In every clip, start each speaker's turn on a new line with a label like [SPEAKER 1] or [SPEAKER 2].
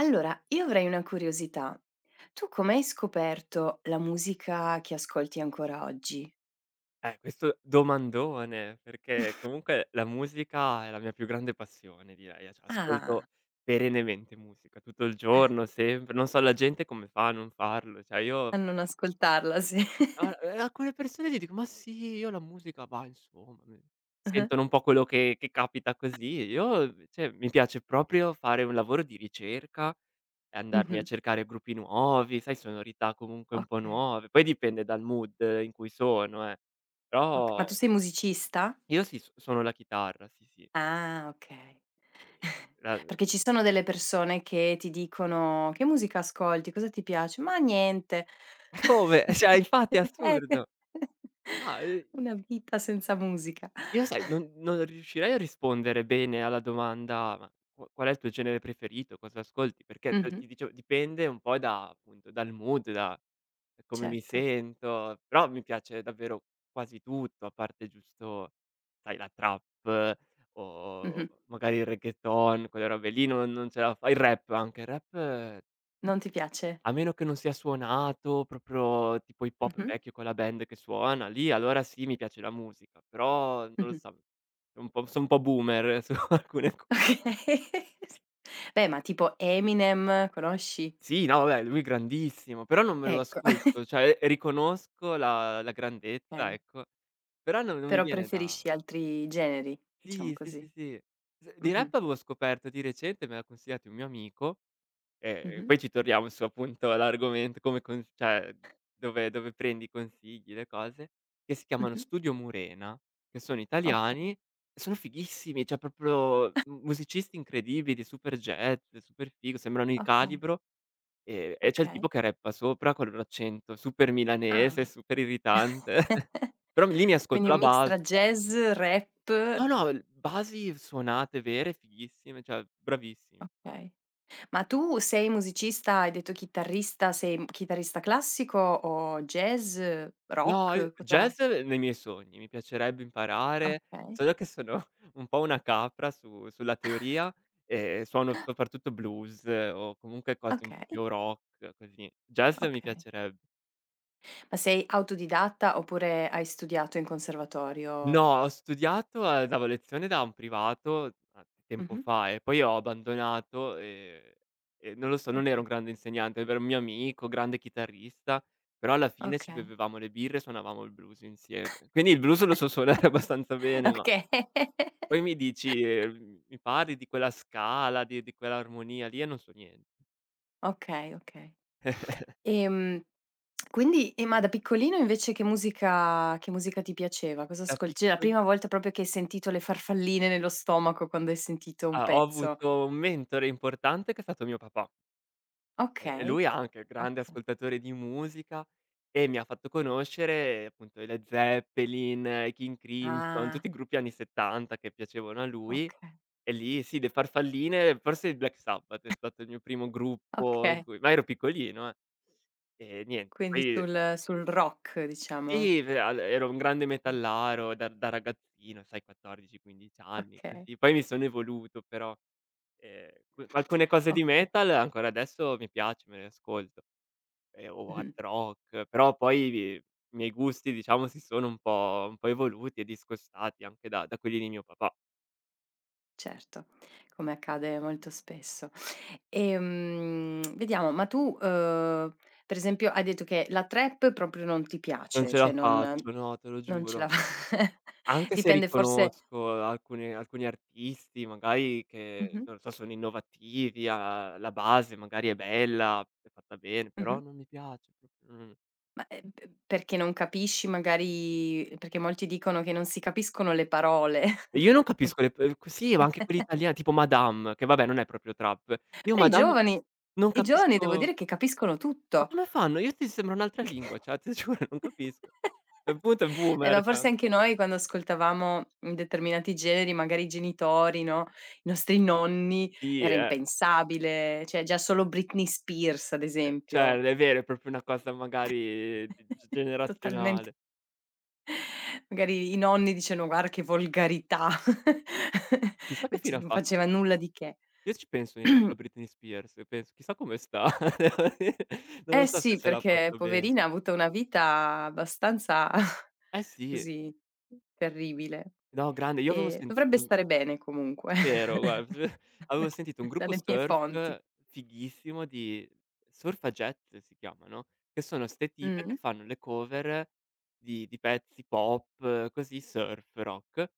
[SPEAKER 1] Allora, io avrei una curiosità. Tu come hai scoperto la musica che ascolti ancora oggi?
[SPEAKER 2] Questo domandone, perché comunque la musica è la mia più grande passione direi, cioè ascolto
[SPEAKER 1] Ah,
[SPEAKER 2] perennemente musica, tutto il giorno, sempre, non so la gente come fa a non farlo, cioè io
[SPEAKER 1] a non ascoltarla se
[SPEAKER 2] a alcune persone gli dico: "Ma sì, io la musica, bah, insomma, mi" sentono un po' quello che capita così, io cioè mi piace proprio fare un lavoro di ricerca e andarmi a
[SPEAKER 1] mh-mh,
[SPEAKER 2] cercare gruppi nuovi, sai sonorità comunque un po'
[SPEAKER 1] okay,
[SPEAKER 2] nuove, poi dipende dal mood in cui sono,
[SPEAKER 1] oka
[SPEAKER 2] però
[SPEAKER 1] ma tu sei musicista?
[SPEAKER 2] io sì, s suono la chitarra, sì, sì.
[SPEAKER 1] Ah, okay.
[SPEAKER 2] Ehm, la
[SPEAKER 1] Perché ci sono delle persone che ti dicono: "Che musica ascolti? Cosa ti piace?" "Ma niente."
[SPEAKER 2] Ma come? Cioè infatti è
[SPEAKER 1] Che
[SPEAKER 2] assurdo. No,
[SPEAKER 1] una vita senza musica.
[SPEAKER 2] io sai, non riuscirei a rispondere bene alla domanda: "Ma qu qual è il tuo genere preferito? Cosa ascolti?" Perché t
[SPEAKER 1] Mh-mh,
[SPEAKER 2] ti dicevo, dipende un po' da appunto, dal mood, da come mi
[SPEAKER 1] certo.
[SPEAKER 2] sento, però mi piace davvero quasi tutto, a parte giusto, sai, la trap o
[SPEAKER 1] Mh-mh.
[SPEAKER 2] magari il reggaeton, quelle robe lì non ce la fa il rap anche, il rap
[SPEAKER 1] Non ti piace?
[SPEAKER 2] a meno che non sia suonato, proprio tipo hip hop
[SPEAKER 1] Mh-mh,
[SPEAKER 2] vecchio con la band che suona, lì allora sì, mi piace la musica, però non lo
[SPEAKER 1] mh-mh.
[SPEAKER 2] so, sono un po' boomer su alcune co
[SPEAKER 1] Okay. Beh, ma tipo Eminem conosci?
[SPEAKER 2] sì, no vabbè, lui è grandissimo, però non me lo
[SPEAKER 1] Ecco,
[SPEAKER 2] ascolto, cioè, riconosco la grandezza,
[SPEAKER 1] okay.
[SPEAKER 2] ecco, però non mi
[SPEAKER 1] Però
[SPEAKER 2] viene da
[SPEAKER 1] preferisci altri generi, diciamo
[SPEAKER 2] sì, sì,
[SPEAKER 1] così.
[SPEAKER 2] sì, sì. S Di
[SPEAKER 1] Mh-mh,
[SPEAKER 2] rap avevo scoperto di recente, me l'ha consigliato un mio amico.
[SPEAKER 1] mh-mh,
[SPEAKER 2] Poi ci torniamo su appunto all'argomento come con cioè dove prendi i consigli, le cose, che si chiamano
[SPEAKER 1] mh-mh.
[SPEAKER 2] Studio Murena, che sono italiani
[SPEAKER 1] Okay,
[SPEAKER 2] e sono fighissimi, cioè proprio mu musicisti incredibili, super jazz, super figo, sembrano il
[SPEAKER 1] okay,
[SPEAKER 2] calibro, e c'è il tipo
[SPEAKER 1] okay.
[SPEAKER 2] che rappa sopra con l'accento super milanese,
[SPEAKER 1] Ah.
[SPEAKER 2] super irritante. Però lì mi ascolto
[SPEAKER 1] Quindi un
[SPEAKER 2] la
[SPEAKER 1] mix
[SPEAKER 2] base
[SPEAKER 1] tra jazz, rap,
[SPEAKER 2] no, no, l basi suonate vere, fighissime, cioè bravissimi.
[SPEAKER 1] okay. Ma tu sei musicista, hai detto chitarrista, sei un chitarrista classico o jazz,
[SPEAKER 2] No, i
[SPEAKER 1] rock, cosa
[SPEAKER 2] jazz nei miei sogni, mi piacerebbe imparare,
[SPEAKER 1] okay,
[SPEAKER 2] solo che sono un po' una capra su sulla teoria e suono soprattutto blues o comunque cose un po'
[SPEAKER 1] okay,
[SPEAKER 2] più rock, così. Jazz mi
[SPEAKER 1] okay.
[SPEAKER 2] piacerebbe.
[SPEAKER 1] Ma sei autodidatta oppure hai studiato in conservatorio?
[SPEAKER 2] No, ho studiato, davo lezione da un privato a tempo
[SPEAKER 1] Mh-mh.
[SPEAKER 2] fa e poi ho abbandonato. E non lo so, non ero un grande insegnante, ero un mio amico, grande chitarrista, però alla fine ci
[SPEAKER 1] Okay.
[SPEAKER 2] bevevamo le birre e suonavamo il blues insieme. Quindi il blues lo so suonare abbastanza bene, ma
[SPEAKER 1] Okay, okay.
[SPEAKER 2] poi mi dici, mi parli di quella scala, di quell'armonia lì e non so niente.
[SPEAKER 1] Okay, okay. Ehm, ma da piccolino invece che musica ti piaceva? Cosa
[SPEAKER 2] Da
[SPEAKER 1] ascol Cioè la prima
[SPEAKER 2] piccolino
[SPEAKER 1] volta proprio che hai sentito le farfalline nello stomaco quando hai sentito un
[SPEAKER 2] ah, ho
[SPEAKER 1] pezzo.
[SPEAKER 2] avuto un mentore importante che è stato mio papà, e
[SPEAKER 1] Okay,
[SPEAKER 2] lui anche, grande
[SPEAKER 1] okay.
[SPEAKER 2] ascoltatore di musica e mi ha fatto conoscere appunto i Led Zeppelin, i King Crimson, tutti
[SPEAKER 1] Ah,
[SPEAKER 2] i gruppi anni '70 che piacevano a lui
[SPEAKER 1] okay,
[SPEAKER 2] e lì sì, le farfalline, forse i Black Sabbath è stato il mio primo gruppo in
[SPEAKER 1] okay.
[SPEAKER 2] cui ma ero piccolino. E niente,
[SPEAKER 1] Quindi
[SPEAKER 2] poi
[SPEAKER 1] sul sul rock diciamo.
[SPEAKER 2] sì, ve al ero un grande
[SPEAKER 1] Eh,
[SPEAKER 2] metallaro da ragazzino, sai 14, 15 anni,
[SPEAKER 1] Okay,
[SPEAKER 2] così. Poi mi sono evoluto però, que alcune cose di
[SPEAKER 1] okay.
[SPEAKER 2] metal ancora adesso mi piace, me le ascolto, o hard
[SPEAKER 1] Mh-mh.
[SPEAKER 2] rock, però poi i miei gusti diciamo si sono un po' evoluti e discostati anche da quelli di mio papà.
[SPEAKER 1] Certo, come accade molto spesso. Vediamo, ma tu, per esempio hai detto che la trap proprio non ti
[SPEAKER 2] Non
[SPEAKER 1] piace,
[SPEAKER 2] ce la
[SPEAKER 1] cioè non
[SPEAKER 2] faccio, no, te lo
[SPEAKER 1] non ce
[SPEAKER 2] giuro.
[SPEAKER 1] la fa
[SPEAKER 2] Anche se
[SPEAKER 1] dipende forse
[SPEAKER 2] riconosco alcune alcuni artisti magari che,
[SPEAKER 1] mh-mh,
[SPEAKER 2] non lo so, sono innovativi, ha la base magari è bella, è fatta bene, però
[SPEAKER 1] mh-mh.
[SPEAKER 2] non mi piace proprio, non
[SPEAKER 1] Ma, p perché non capisci magari perché molti dicono che non si capiscono le parole.
[SPEAKER 2] e io non capisco le p q sì, ma anche quelli italiani, tipo Madame, che vabbè non è proprio trap. Io
[SPEAKER 1] Però
[SPEAKER 2] Madame non
[SPEAKER 1] i giovani devo
[SPEAKER 2] capisco
[SPEAKER 1] dire che capiscono
[SPEAKER 2] ma
[SPEAKER 1] tutto.
[SPEAKER 2] come fanno? Io ti sembra un'altra lingua, cioè ti giuro non capisco. Il punto è boomer,
[SPEAKER 1] Ma
[SPEAKER 2] cioè
[SPEAKER 1] forse anche noi quando ascoltavamo, determinati generi, magari i genitori, no, i nostri nonni,
[SPEAKER 2] sì,
[SPEAKER 1] era impensabile, cioè già solo Britney Spears ad
[SPEAKER 2] cioè
[SPEAKER 1] esempio,
[SPEAKER 2] è vero, è proprio una cosa magari di
[SPEAKER 1] totalmente
[SPEAKER 2] generazionale.
[SPEAKER 1] magari i nonni dicevano: "Guarda che volgarità."
[SPEAKER 2] Chissà che fine
[SPEAKER 1] Invece
[SPEAKER 2] ha
[SPEAKER 1] non
[SPEAKER 2] fatto.
[SPEAKER 1] faceva nulla di che.
[SPEAKER 2] Io ci penso ogni tanto a Britney Spears e penso: "Chissà come sta." devo dire. Non lo
[SPEAKER 1] Eh
[SPEAKER 2] so se
[SPEAKER 1] sì,
[SPEAKER 2] se l'ha
[SPEAKER 1] perché
[SPEAKER 2] fatto bene.
[SPEAKER 1] poverina ha avuto una vita abbastanza
[SPEAKER 2] Eh sì,
[SPEAKER 1] così terribile.
[SPEAKER 2] no grande. Io avevo sentito
[SPEAKER 1] Dovrebbe
[SPEAKER 2] un
[SPEAKER 1] stare bene comunque
[SPEAKER 2] vero, guarda, avevo sentito un gruppo
[SPEAKER 1] dalle mie fonti.
[SPEAKER 2] surf fighissimo di Surf a Jet si chiama, no, che sono 'ste tipe che
[SPEAKER 1] Mh,
[SPEAKER 2] fanno le cover di pezzi pop, così, surf, rock,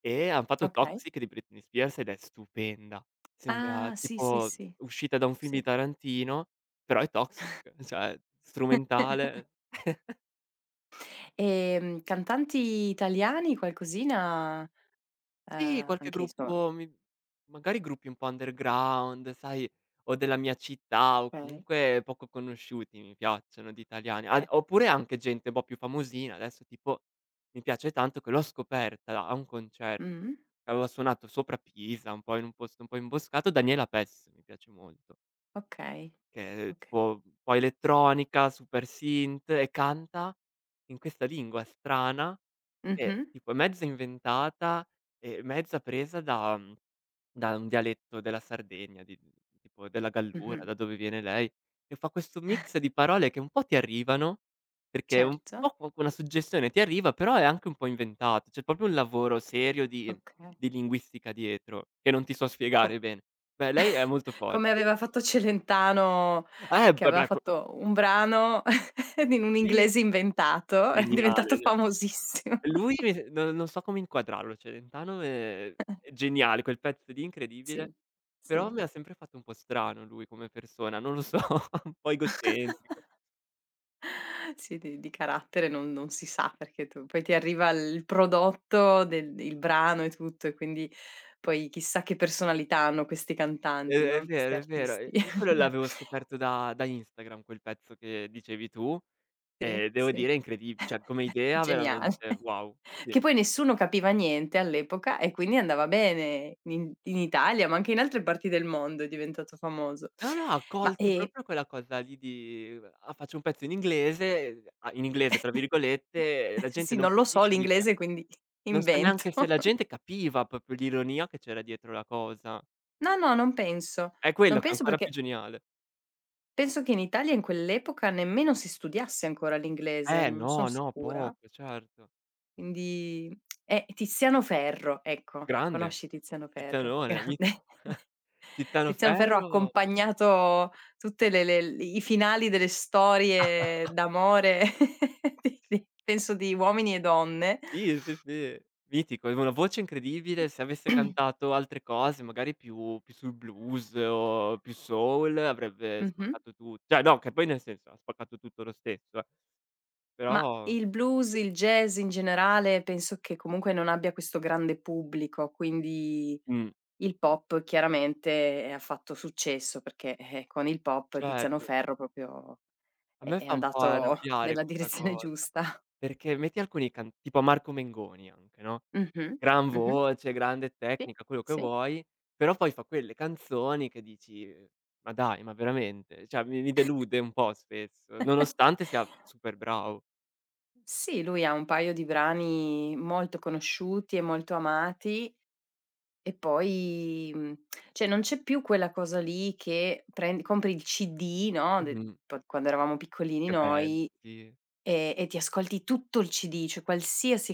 [SPEAKER 2] e han fatto
[SPEAKER 1] okay.
[SPEAKER 2] Toxic di Britney Spears ed è stupenda. Sembra
[SPEAKER 1] Ah, sì, sì,
[SPEAKER 2] tipo
[SPEAKER 1] sì,
[SPEAKER 2] uscita da un film di
[SPEAKER 1] sì.
[SPEAKER 2] Tarantino, però è Toxic, cioè strumentale.
[SPEAKER 1] Cantanti italiani qualcosina,
[SPEAKER 2] Sì, qualche
[SPEAKER 1] anche insomma
[SPEAKER 2] gruppo mi magari gruppi un po' underground, sai, o della mia città o
[SPEAKER 1] okay,
[SPEAKER 2] comunque poco conosciuti, mi piacciono di italiani. Ad
[SPEAKER 1] eh.
[SPEAKER 2] Oppure anche gente un po' più famosina, adesso tipo mi piace tanto che l'ho scoperta a un concerto,
[SPEAKER 1] Mh,
[SPEAKER 2] aveva suonato sopra Pisa, un po' in un posto un po' imboscato, Daniela Pes, mi piace molto.
[SPEAKER 1] okay,
[SPEAKER 2] Che è
[SPEAKER 1] okay.
[SPEAKER 2] tipo un po' elettronica, super synth e canta in questa lingua strana che
[SPEAKER 1] Mh-mh,
[SPEAKER 2] tipo è mezza inventata e mezza presa da un dialetto della Sardegna, di tipo della Gallura,
[SPEAKER 1] mh-mh,
[SPEAKER 2] da dove viene lei, e fa questo mix di parole che un po' ti arrivano, perché un po'
[SPEAKER 1] certo,
[SPEAKER 2] co una suggestione ti arriva, però è anche un po' inventato. C'è proprio un lavoro serio
[SPEAKER 1] okay.
[SPEAKER 2] di linguistica dietro, che non ti so
[SPEAKER 1] Co
[SPEAKER 2] spiegare bene. Beh, lei è molto for
[SPEAKER 1] Come aveva fatto Celentano che aveva
[SPEAKER 2] vabbè co
[SPEAKER 1] fatto un brano in un
[SPEAKER 2] sì.
[SPEAKER 1] inglese inventato, è diventato
[SPEAKER 2] Geniale, cioè
[SPEAKER 1] famosissimo.
[SPEAKER 2] lui mi s non so come inquadrarlo, cioè Celentano è geniale, quel pezzo lì incredibile,
[SPEAKER 1] Sì,
[SPEAKER 2] però
[SPEAKER 1] sì.
[SPEAKER 2] mi ha sempre fatto un po' strano lui come persona, non lo so, un po' egocentrico.
[SPEAKER 1] Sì, di carattere non si sa, perché tu poi ti arriva il prodotto del il brano e tutto, e quindi poi chissà che personalità hanno questi
[SPEAKER 2] È
[SPEAKER 1] cantanti,
[SPEAKER 2] è
[SPEAKER 1] no, questi
[SPEAKER 2] vero, è vero,
[SPEAKER 1] artisti.
[SPEAKER 2] e quello l'avevo scoperto da Instagram, quel pezzo che dicevi tu,
[SPEAKER 1] Sì,
[SPEAKER 2] e devo
[SPEAKER 1] sì,
[SPEAKER 2] dire incredib cioè come idea
[SPEAKER 1] geniale.
[SPEAKER 2] veramente wow,
[SPEAKER 1] Che
[SPEAKER 2] sì.
[SPEAKER 1] poi nessuno capiva niente all'epoca e quindi andava bene in Italia, ma anche in altre parti del mondo è diventato famoso.
[SPEAKER 2] No, no, ha
[SPEAKER 1] Ma,
[SPEAKER 2] colto proprio quella cosa lì di: "Ah, faccio un pezzo in inglese" a in inglese tra virgolette, e la gente
[SPEAKER 1] sì,
[SPEAKER 2] non
[SPEAKER 1] non lo so
[SPEAKER 2] capisce, di.
[SPEAKER 1] l'inglese, quindi
[SPEAKER 2] Non so
[SPEAKER 1] invento.
[SPEAKER 2] neanche se la gente capiva proprio l'ironia che c'era dietro la cosa.
[SPEAKER 1] No, no, non penso.
[SPEAKER 2] È quello
[SPEAKER 1] Non
[SPEAKER 2] che è
[SPEAKER 1] penso
[SPEAKER 2] ancora
[SPEAKER 1] perché
[SPEAKER 2] più geniale.
[SPEAKER 1] penso che in Italia in quell'epoca nemmeno si studiasse ancora l'inglese,
[SPEAKER 2] Eh
[SPEAKER 1] non son
[SPEAKER 2] no, no,
[SPEAKER 1] sicura.
[SPEAKER 2] poco, certo.
[SPEAKER 1] Quindi è Tiziano Ferro, ecco,
[SPEAKER 2] Grande,
[SPEAKER 1] conosci Tiziano Ferro?
[SPEAKER 2] Tizianone, mitico.
[SPEAKER 1] Grande.
[SPEAKER 2] Tiziano
[SPEAKER 1] Tiziano Ferro ha
[SPEAKER 2] Ferro
[SPEAKER 1] accompagnato tutte le i finali delle storie d'amore di penso di uomini e donne.
[SPEAKER 2] sì, sì, sì, mitico, aveva una voce incredibile, se avesse cantato altre cose, magari più sul blues o più soul, avrebbe
[SPEAKER 1] Mh-mh.
[SPEAKER 2] spaccato tu cioè no, che poi nel senso, ha spaccato tutto lo stesso
[SPEAKER 1] Ma
[SPEAKER 2] però
[SPEAKER 1] il blues, il jazz in generale, penso che comunque non abbia questo grande pubblico, quindi
[SPEAKER 2] mh,
[SPEAKER 1] il pop chiaramente ha fatto successo perché, con il pop Tiziano
[SPEAKER 2] certo.
[SPEAKER 1] Ferro proprio
[SPEAKER 2] A me
[SPEAKER 1] è
[SPEAKER 2] fa un po'
[SPEAKER 1] andato
[SPEAKER 2] arrabbiare
[SPEAKER 1] nella
[SPEAKER 2] questa
[SPEAKER 1] direzione
[SPEAKER 2] cosa.
[SPEAKER 1] giusta.
[SPEAKER 2] Perché metti alcuni can tipo Marco Mengoni anche, no,
[SPEAKER 1] Mh-mh,
[SPEAKER 2] gran
[SPEAKER 1] mh-mh.
[SPEAKER 2] voce, grande
[SPEAKER 1] Sì,
[SPEAKER 2] tecnica, quello che
[SPEAKER 1] sì.
[SPEAKER 2] vuoi, però poi fa quelle canzoni che dici: "Ma dai, ma veramente?" Cioè mi delude un po' spesso, nonostante sia super bravo.
[SPEAKER 1] Sì, lui ha un paio di brani molto conosciuti e molto amati. E poi, cioè non c'è più quella cosa lì che prendi compri il CD, no, de
[SPEAKER 2] Mh-mh.
[SPEAKER 1] po quando eravamo piccolini
[SPEAKER 2] Che bello,
[SPEAKER 1] noi,
[SPEAKER 2] sì,
[SPEAKER 1] e ti ascolti tutto il CD, cioè qualsiasi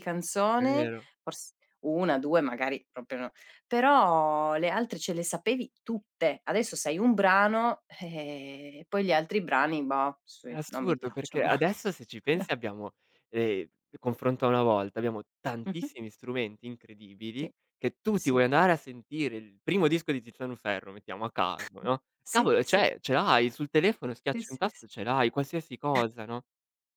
[SPEAKER 2] è
[SPEAKER 1] canzone,
[SPEAKER 2] vero.
[SPEAKER 1] fors 1, 2 magari proprio no, però le altre ce le sapevi tutte. Adesso sai un brano, e poi gli altri brani, boh,
[SPEAKER 2] È
[SPEAKER 1] sì, non mi
[SPEAKER 2] assurdo perché
[SPEAKER 1] piacciono molto.
[SPEAKER 2] adesso se ci pensi abbiamo, ehm, confronto a una volta, abbiamo
[SPEAKER 1] Mh-mh.
[SPEAKER 2] tantissimi strumenti incredibili
[SPEAKER 1] Sì,
[SPEAKER 2] che tu ti
[SPEAKER 1] sì,
[SPEAKER 2] vuoi andare a sentire il primo disco di Tiziano Ferro, mettiamo a caso, no,
[SPEAKER 1] sì,
[SPEAKER 2] cavolo
[SPEAKER 1] sì,
[SPEAKER 2] c'è ce l'hai sul telefono,
[SPEAKER 1] sì,
[SPEAKER 2] schiacci un
[SPEAKER 1] sì,
[SPEAKER 2] tasto
[SPEAKER 1] sì.
[SPEAKER 2] e ce l'hai, qualsiasi cosa, no,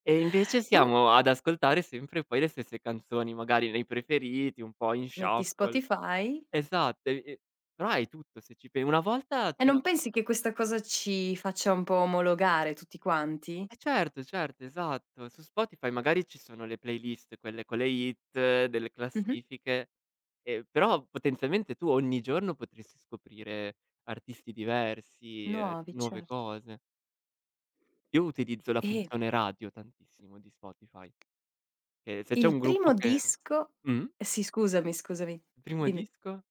[SPEAKER 2] e invece
[SPEAKER 1] Tu
[SPEAKER 2] siamo ad ascoltare sempre poi le stesse canzoni, magari nei preferiti, un po' in
[SPEAKER 1] metti
[SPEAKER 2] shuffle.
[SPEAKER 1] Spotify.
[SPEAKER 2] Esatto, e però hai tutto se ci pe una volta
[SPEAKER 1] E
[SPEAKER 2] c'era.
[SPEAKER 1] non pensi che questa cosa ci faccia un po' omologare tutti quanti?
[SPEAKER 2] Eh certo, certo, esatto. Su Spotify magari ci sono le playlist, quelle con le hit, delle
[SPEAKER 1] Mh-mh.
[SPEAKER 2] classifiche, però potenzialmente tu ogni giorno potresti scoprire artisti diversi,
[SPEAKER 1] Nuovi,
[SPEAKER 2] nuove
[SPEAKER 1] certo.
[SPEAKER 2] cose. Io utilizzo la
[SPEAKER 1] E
[SPEAKER 2] funzione radio tantissimo di Spotify, che se c'è un
[SPEAKER 1] il
[SPEAKER 2] gruppo
[SPEAKER 1] primo
[SPEAKER 2] che
[SPEAKER 1] disco
[SPEAKER 2] mh?
[SPEAKER 1] sì, scusami, scusami,
[SPEAKER 2] Il primo
[SPEAKER 1] dimmi.
[SPEAKER 2] disco?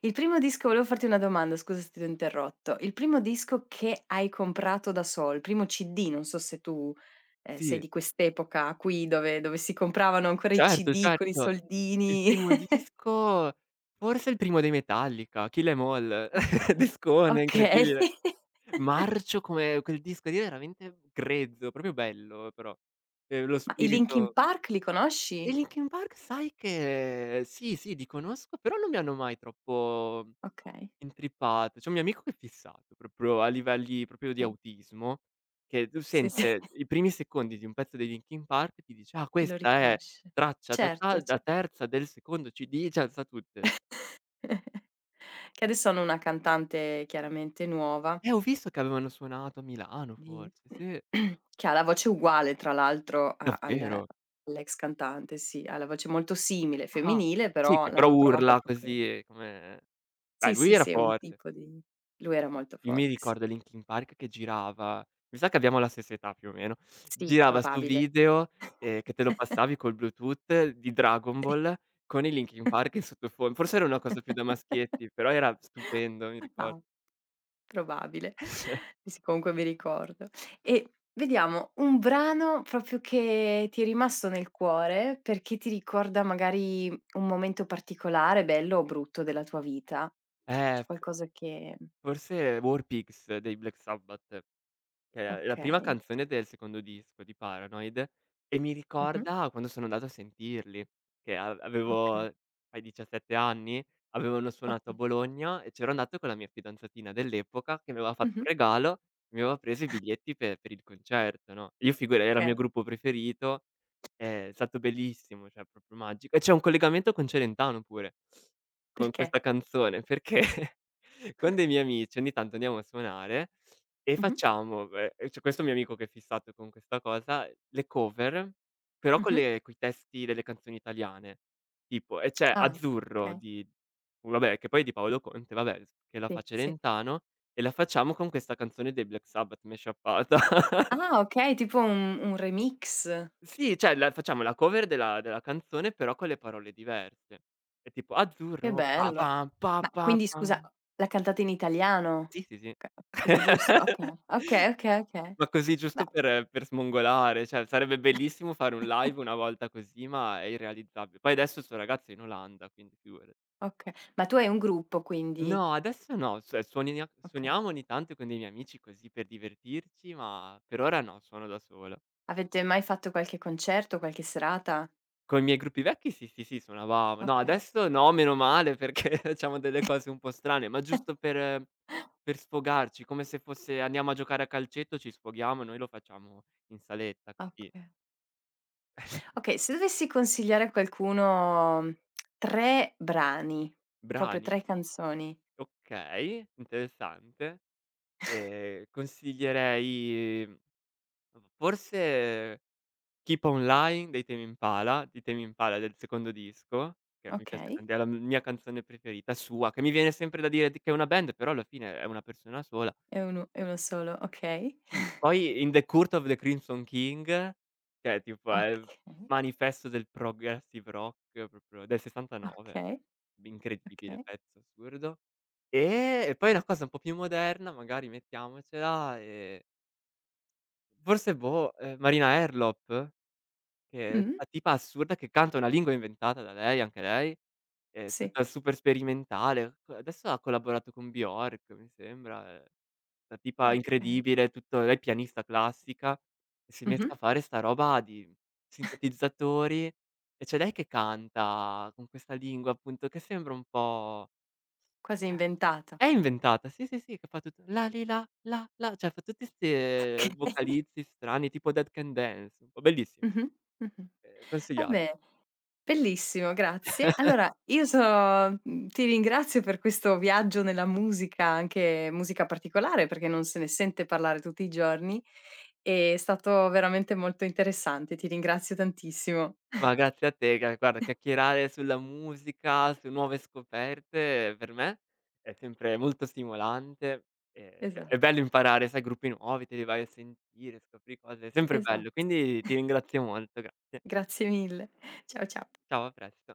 [SPEAKER 1] Il primo disco volevo farti una domanda, scusa se ti ho interrotto. Il primo disco che hai comprato da sol il primo CD, non so se tu, sei
[SPEAKER 2] Sì.
[SPEAKER 1] di quest'epoca qui dove si compravano ancora i
[SPEAKER 2] Certo,
[SPEAKER 1] CD con i
[SPEAKER 2] certo. Il
[SPEAKER 1] soldini.
[SPEAKER 2] primo disco forse il primo dei Metallica, Kill 'Em All,
[SPEAKER 1] Okay.
[SPEAKER 2] discone
[SPEAKER 1] Okay.
[SPEAKER 2] incredibile. Marcio come quel disco lì è veramente grezzo, proprio bello però, lo
[SPEAKER 1] Ma i Linkin
[SPEAKER 2] spirito
[SPEAKER 1] Park li conosci?
[SPEAKER 2] i Linkin Park sai che sì, sì, li conosco, però non mi hanno mai troppo
[SPEAKER 1] Okay,
[SPEAKER 2] intrippate. C'è un mio amico che è fissato, proprio a livelli proprio di
[SPEAKER 1] sì.
[SPEAKER 2] autismo, che tu
[SPEAKER 1] Sì, sì,
[SPEAKER 2] sente i primi secondi di un pezzo dei Linkin Park e ti dice: "Ah,
[SPEAKER 1] e lo
[SPEAKER 2] questa è
[SPEAKER 1] riconosce.
[SPEAKER 2] traccia ta ta
[SPEAKER 1] Certo,
[SPEAKER 2] da
[SPEAKER 1] ce
[SPEAKER 2] terza del secondo CD", cioè sa tutte le
[SPEAKER 1] che adesso hanno una cantante chiaramente nuova
[SPEAKER 2] eh, Ho visto che avevano suonato a Milano
[SPEAKER 1] di
[SPEAKER 2] forse, sì.
[SPEAKER 1] che ha la voce uguale tra l'altro a al
[SPEAKER 2] Davvero?
[SPEAKER 1] all'ex cantante, sì, ha la voce molto simile,
[SPEAKER 2] Ah.
[SPEAKER 1] femminile,
[SPEAKER 2] Sì,
[SPEAKER 1] però
[SPEAKER 2] che però
[SPEAKER 1] l'hanno trovata
[SPEAKER 2] urla
[SPEAKER 1] proprio
[SPEAKER 2] così come beh,
[SPEAKER 1] sì,
[SPEAKER 2] lui
[SPEAKER 1] sì,
[SPEAKER 2] era
[SPEAKER 1] sì, è un
[SPEAKER 2] forte.
[SPEAKER 1] tipo di lui era molto
[SPEAKER 2] Io mi
[SPEAKER 1] forte, sì.
[SPEAKER 2] ricordo Linkin Park che girava mi sa che abbiamo la stessa età più o meno,
[SPEAKER 1] Sì,
[SPEAKER 2] girava 'sto
[SPEAKER 1] probabile.
[SPEAKER 2] video, che te lo passavi col Bluetooth di Dragon Ball con i Linkin Park in sottofon forse era una cosa più da maschietti, però era stupendo, mi ricor
[SPEAKER 1] Ah, probabile. Sì, sì, comunque mi ricordo. E vediamo un brano proprio che ti è rimasto nel cuore, perché ti ricorda magari un momento particolare, bello o brutto della tua vita.
[SPEAKER 2] eh,
[SPEAKER 1] C'è
[SPEAKER 2] f
[SPEAKER 1] qualcosa che
[SPEAKER 2] forse War Pigs dei Black Sabbath. Che è la prima
[SPEAKER 1] okay.
[SPEAKER 2] canzone del secondo disco di Paranoid, e mi
[SPEAKER 1] Mh-mh.
[SPEAKER 2] ricorda quando sono andato a sentirli, che a avevo
[SPEAKER 1] Okay,
[SPEAKER 2] ai 17 anni, avevano suonato a
[SPEAKER 1] okay.
[SPEAKER 2] Bologna e c'ero andato con la mia fidanzatina dell'epoca che mi aveva fatto un
[SPEAKER 1] Mh-mh.
[SPEAKER 2] regalo, mi aveva preso i biglietti pe per il concerto, no, io figura era il mio
[SPEAKER 1] Okay.
[SPEAKER 2] gruppo preferito è stato bellissimo, cioè proprio magico. E c'è un collegamento con Celentano pure, con
[SPEAKER 1] Perché?
[SPEAKER 2] questa canzone, perché con dei miei amici ogni tanto andiamo a suonare e
[SPEAKER 1] Mh-mh.
[SPEAKER 2] facciamo c'è questo mio amico che è fissato con questa cosa, le cover, però con
[SPEAKER 1] Mh-mh.
[SPEAKER 2] le coi testi delle canzoni italiane. Tipo e c'è
[SPEAKER 1] Ah,
[SPEAKER 2] Azzurro
[SPEAKER 1] okay.
[SPEAKER 2] di vabbè, che poi è di Paolo Conte, vabbè, che la fa
[SPEAKER 1] Sì, sì.
[SPEAKER 2] Celentano e la facciamo con questa canzone dei Black Sabbath, mashuppata.
[SPEAKER 1] Ah, okay, tipo un remix.
[SPEAKER 2] Sì, cioè la facciamo la cover della canzone, però con le parole diverse. È tipo:
[SPEAKER 1] Che
[SPEAKER 2] "Azzurro, pa
[SPEAKER 1] bello.
[SPEAKER 2] pam, pa
[SPEAKER 1] Ma
[SPEAKER 2] pa
[SPEAKER 1] quindi scusa,
[SPEAKER 2] pam".
[SPEAKER 1] la cantate in italiano?
[SPEAKER 2] Sì, sì, sì.
[SPEAKER 1] Ca Ho capito giusto? Okay, okay, okay, okay.
[SPEAKER 2] Ma così giusto
[SPEAKER 1] Beh,
[SPEAKER 2] per smongolare, cioè sarebbe bellissimo fare un live una volta così, ma è irrealizzabile. Poi adesso sto ragazzo è in Olanda, quindi figurati.
[SPEAKER 1] okay. Ma tu hai un gruppo quindi?
[SPEAKER 2] No, adesso no, cioè
[SPEAKER 1] Okay.
[SPEAKER 2] suoniamo ogni tanto con dei miei amici così per divertirci, ma per ora no, suono da solo.
[SPEAKER 1] Avete mai fatto qualche concerto, qualche serata?
[SPEAKER 2] Con i miei gruppi vecchi sì, sì, sì, suonavavam no,
[SPEAKER 1] Okay,
[SPEAKER 2] adesso no, meno male perché facciamo delle cose un po' strane, ma giusto per sfogarci, come se fosse andiamo a giocare a calcetto, ci sfoghiamo, noi lo facciamo in saletta così.
[SPEAKER 1] okay. Okay, se dovessi consigliare a qualcuno, 3 brani, proprio
[SPEAKER 2] Brani?
[SPEAKER 1] 3 canzoni,
[SPEAKER 2] Okay, interessante. Consiglierei, forse Keep On Lying dei Tame Impala di Tame Impala, del secondo disco, che mi piace
[SPEAKER 1] okay,
[SPEAKER 2] tant è la mia canzone preferita, sua, che mi viene sempre da dire d che è una band, però alla fine è una persona sola.
[SPEAKER 1] e uno solo, okay.
[SPEAKER 2] Sì, poi in The Court of the Crimson King, cioè tipo è il
[SPEAKER 1] Okay,
[SPEAKER 2] manifesto del progressive rock proprio del '69,
[SPEAKER 1] okay,
[SPEAKER 2] incredibile
[SPEAKER 1] okay.
[SPEAKER 2] pezzo, assurdo. E poi una cosa un po' più moderna, magari mettiamocela, forse boh, Marina Herlop, che è
[SPEAKER 1] Mh,
[SPEAKER 2] 'sta tipa assurda che canta una lingua inventata da lei, anche lei,
[SPEAKER 1] sì,
[SPEAKER 2] tutta super sperimentale. Adesso ha collaborato con Bjork, mi sembra, 'sta tipa
[SPEAKER 1] okay.
[SPEAKER 2] incredibile, tutto lei pianista classica, e si è
[SPEAKER 1] Mh-mh.
[SPEAKER 2] messa a fare 'sta roba di sintetizzatori, e c'è lei che canta con questa lingua appunto che sembra un po'
[SPEAKER 1] Quasi
[SPEAKER 2] eh.
[SPEAKER 1] inventata.
[SPEAKER 2] È inventata, sì, sì, sì, che fa tutto la li la, la la, cioè fa tutti 'ste
[SPEAKER 1] Okay.
[SPEAKER 2] vocalizzi strani tipo Dead Can Dance, un po' bellissimo,
[SPEAKER 1] Mh-mh, mh-mh.
[SPEAKER 2] consigliato.
[SPEAKER 1] Vabbè, bellissimo, grazie. Allora io so ti ringrazio per questo viaggio nella musica, anche musica particolare, perché non se ne sente parlare tutti i giorni. È stato veramente molto interessante, ti ringrazio tantissimo.
[SPEAKER 2] Ma grazie a te, gra guarda chiacchierare sulla musica, su nuove scoperte per me è sempre molto stimolante,
[SPEAKER 1] Esa
[SPEAKER 2] è bello imparare, sai, gruppi nuovi, te li vai a sentire, scopri cose, è sempre bello.
[SPEAKER 1] esatto.
[SPEAKER 2] Quindi ti ringrazio molto, grazie.
[SPEAKER 1] Grazie mille. Ciao, cia
[SPEAKER 2] Ciao, a presto.